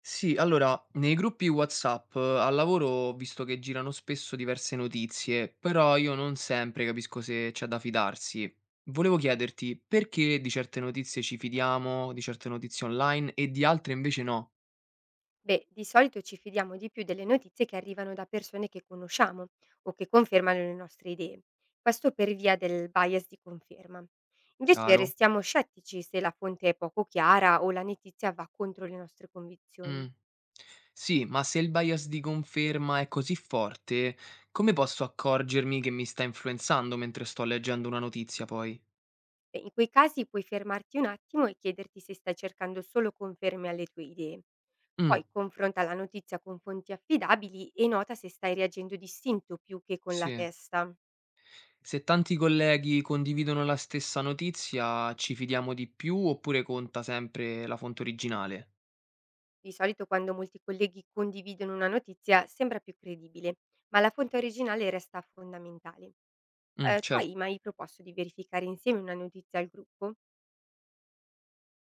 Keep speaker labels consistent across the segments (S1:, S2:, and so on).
S1: Sì, allora, nei gruppi WhatsApp al lavoro ho visto che girano spesso diverse notizie, però io non sempre capisco se c'è da fidarsi. Volevo chiederti perché di certe notizie ci fidiamo, di certe notizie online e di altre invece no,
S2: Beh, di solito ci fidiamo di più delle notizie che arrivano da persone che conosciamo o che confermano le nostre idee. Questo per via del bias di conferma. Invece
S1: chiaro?
S2: restiamo scettici se la fonte è poco chiara o la notizia va contro le nostre convinzioni.
S1: Mm. Sì, ma se il bias di conferma è così forte, come posso accorgermi che mi sta influenzando mentre sto leggendo una notizia poi?
S2: E in quei casi puoi fermarti un attimo e chiederti se stai cercando solo conferme alle tue idee.
S1: Mm,
S2: Poi confronta la notizia con fonti affidabili e nota se stai reagendo distinto più che con la
S1: sì.
S2: testa.
S1: Se tanti colleghi condividono la stessa notizia, ci fidiamo di più oppure conta sempre la fonte originale?
S2: Di solito quando molti colleghi condividono una notizia sembra più credibile, ma la fonte originale resta fondamentale.
S1: Mm,
S2: Tu
S1: certo.
S2: hai mai proposto di verificare insieme una notizia al gruppo?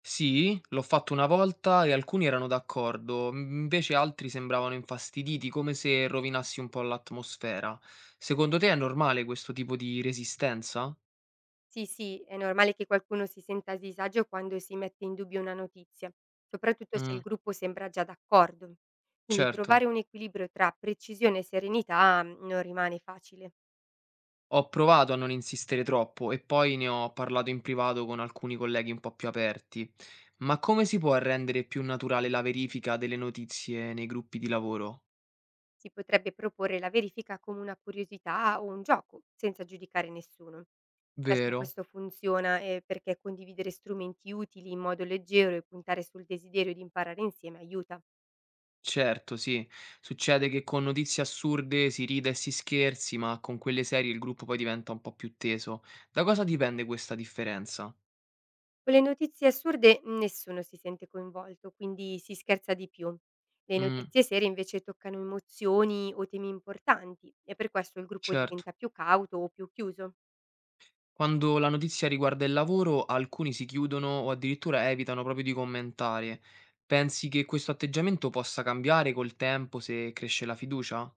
S1: Sì, l'ho fatto una volta e alcuni erano d'accordo, invece altri sembravano infastiditi, come se rovinassi un po' l'atmosfera. Secondo te è normale questo tipo di resistenza?
S2: Sì, sì, è normale che qualcuno si senta a disagio quando si mette in dubbio una notizia, soprattutto se il
S1: Mm,
S2: gruppo sembra già d'accordo. Quindi
S1: certo.
S2: trovare un equilibrio tra precisione e serenità non rimane facile.
S1: Ho provato a non insistere troppo e poi ne ho parlato in privato con alcuni colleghi un po' più aperti. Ma come si può rendere più naturale la verifica delle notizie nei gruppi di lavoro?
S2: Si potrebbe proporre la verifica come una curiosità o un gioco, senza giudicare nessuno. Spesso
S1: Vero?
S2: questo funziona perché condividere strumenti utili in modo leggero e puntare sul desiderio di imparare insieme aiuta.
S1: Certo, sì. Succede che con notizie assurde si rida e si scherzi, ma con quelle serie il gruppo poi diventa un po' più teso. Da cosa dipende questa differenza?
S2: Con le notizie assurde nessuno si sente coinvolto, quindi si scherza di più. Le
S1: Mm,
S2: notizie serie invece toccano emozioni o temi importanti e per questo il gruppo
S1: certo.
S2: diventa più cauto o più chiuso.
S1: Quando la notizia riguarda il lavoro, alcuni si chiudono o addirittura evitano proprio di commentare. Pensi che questo atteggiamento possa cambiare col tempo se cresce la fiducia?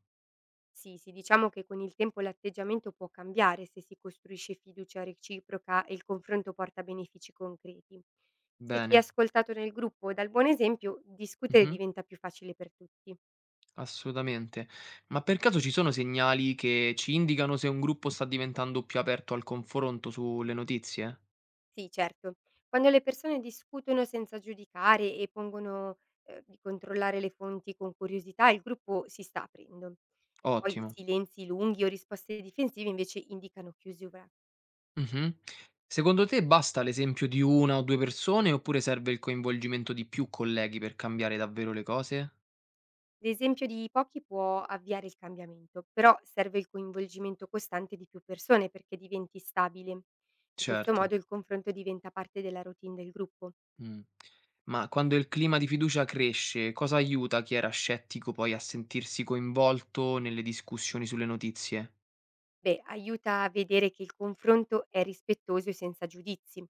S2: Sì, sì, diciamo che con il tempo l'atteggiamento può cambiare se si costruisce fiducia reciproca e il confronto porta benefici concreti. Se chi è
S1: Bene.
S2: ascoltato nel gruppo dà il buon esempio, discutere
S1: Mhm,
S2: diventa più facile per tutti.
S1: assolutamente. Ma per caso ci sono segnali che ci indicano se un gruppo sta diventando più aperto al confronto sulle notizie?
S2: Sì, certo. Quando le persone discutono senza giudicare e pongono di controllare le fonti con curiosità, il gruppo si sta aprendo. Poi
S1: Ottimo.
S2: silenzi lunghi o risposte difensive invece indicano chiusura.
S1: Mhm. Secondo te basta l'esempio di una o due persone oppure serve il coinvolgimento di più colleghi per cambiare davvero le cose?
S2: L'esempio di pochi può avviare il cambiamento, però serve il coinvolgimento costante di più persone perché diventi stabile. In questo
S1: Certo.
S2: modo il confronto diventa parte della routine del gruppo.
S1: Mh. Ma quando il clima di fiducia cresce, cosa aiuta chi era scettico poi a sentirsi coinvolto nelle discussioni sulle notizie?
S2: Beh, aiuta a vedere che il confronto è rispettoso e senza giudizi.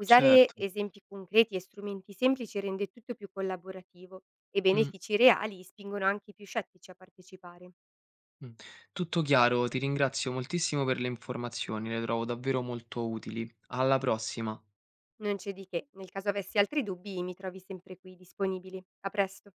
S2: Usare
S1: Certo.
S2: esempi concreti e strumenti semplici rende tutto più collaborativo e
S1: Mh,
S2: benefici reali spingono anche i più scettici a partecipare.
S1: mh. Tutto chiaro, ti ringrazio moltissimo per le informazioni, le trovo davvero molto utili. Alla prossima.
S2: Non c'è di che, nel caso avessi altri dubbi mi trovi sempre qui disponibile. A presto!